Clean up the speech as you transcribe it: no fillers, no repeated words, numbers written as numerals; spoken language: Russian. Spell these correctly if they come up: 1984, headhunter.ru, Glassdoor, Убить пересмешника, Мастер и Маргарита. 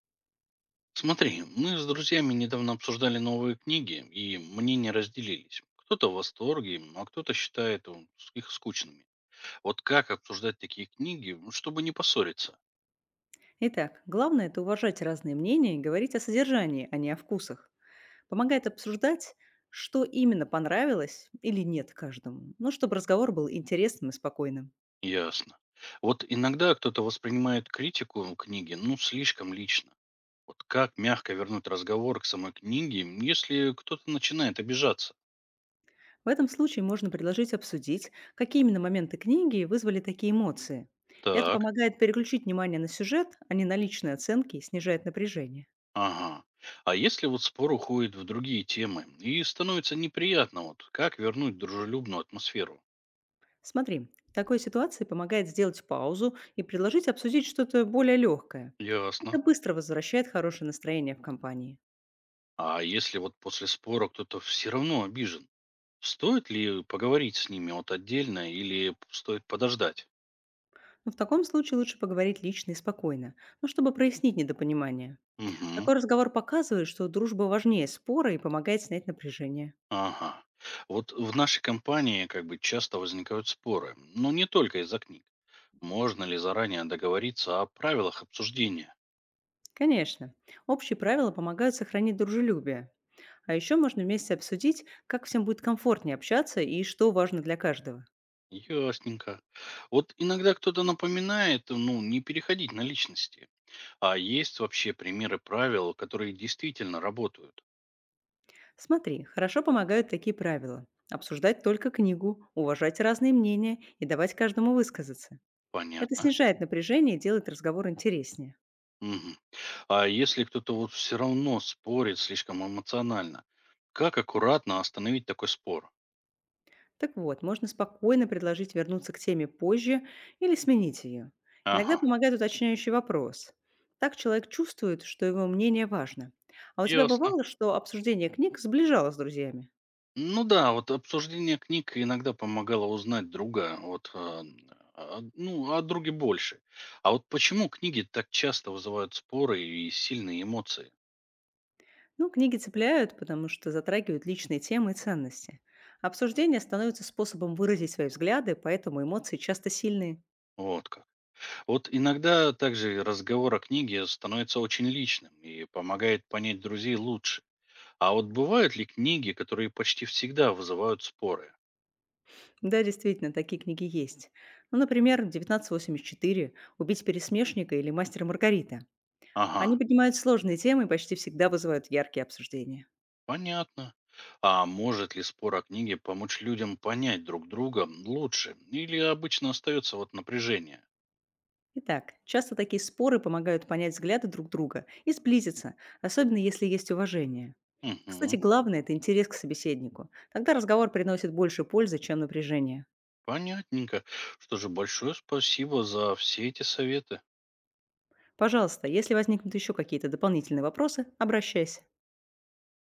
Смотри, мы с друзьями недавно обсуждали новые книги, и мнения разделились. Кто-то в восторге, а кто-то считает их скучными. Вот как обсуждать такие книги, чтобы не поссориться? Итак, главное– это уважать разные мнения и говорить о содержании, а не о вкусах. Помогает обсуждать, что именно понравилось или нет каждому, ну, чтобы разговор был интересным и спокойным. Ясно. Вот иногда кто-то воспринимает критику книги, ну, слишком лично. Вот как мягко вернуть разговор к самой книге, м, если кто-то начинает обижаться? В этом случае можно предложить обсудить, какие именно моменты книги вызвали такие эмоции. Это Так, помогает переключить внимание на сюжет, а не на личные оценки и снижает напряжение. ага. А если вот спор уходит в другие темы и становится неприятно, вот как вернуть дружелюбную атмосферу? Смотри, в такой ситуации помогает сделать паузу и предложить обсудить что-то более легкое. Ясно. Это быстро возвращает хорошее настроение в компании. А если вот после спора кто-то все равно обижен, стоит ли поговорить с ними вот отдельно или стоит подождать? Но в таком случае лучше поговорить лично и спокойно, но чтобы прояснить недопонимание. Угу. Такой разговор показывает, что дружба важнее спора и помогает снять напряжение. Ага. Вот в нашей компании как бы часто возникают споры, но не только из-за книг. Можно ли заранее договориться о правилах обсуждения? Конечно, общие правила помогают сохранить дружелюбие. А еще можно вместе обсудить, как всем будет комфортнее общаться и что важно для каждого. Ясненько. Вот иногда кто-то напоминает, ну, не переходить на личности. А есть вообще примеры правил, которые действительно работают? Смотри, хорошо помогают такие правила. Обсуждать только книгу, уважать разные мнения и давать каждому высказаться. Это Понятно. снижает напряжение и делает разговор интереснее. Мгм. А если кто-то вот все равно спорит слишком эмоционально, как аккуратно остановить такой спор? Так вот, можно спокойно предложить вернуться к теме позже или сменить ее. Иногда Ага, помогает уточняющий вопрос. Так человек чувствует, что его мнение важно. А у тебя ясно. бывало, что обсуждение книг сближало с друзьями? Ну да, вот обсуждение книг иногда помогало узнать друга, вот, ну, о друге больше. А вот почему книги так часто вызывают споры и сильные эмоции? Ну, книги цепляют, потому что затрагивают личные темы и ценности. Обсуждение становится способом выразить свои взгляды, поэтому эмоции часто сильные. Вот как. Вот иногда также разговор о книге становится очень личным и помогает понять друзей лучше. А вот бывают ли книги, которые почти всегда вызывают споры? Да, действительно, такие книги есть. Ну, например, «1984», «Убить пересмешника» или «Мастер и Маргарита». Ага, Они поднимают сложные темы и почти всегда вызывают яркие обсуждения. понятно. А может ли спор о книге помочь людям понять друг друга лучше? Или обычно остается вот напряжение? Итак, часто такие споры помогают понять взгляды друг друга и сблизиться, особенно если есть уважение. Кстати, Угу, главное– это интерес к собеседнику. Тогда разговор приносит больше пользы, чем напряжение. понятненько. Что же, большое спасибо за все эти советы. Пожалуйста, если возникнут еще какие-то дополнительные вопросы, обращайся.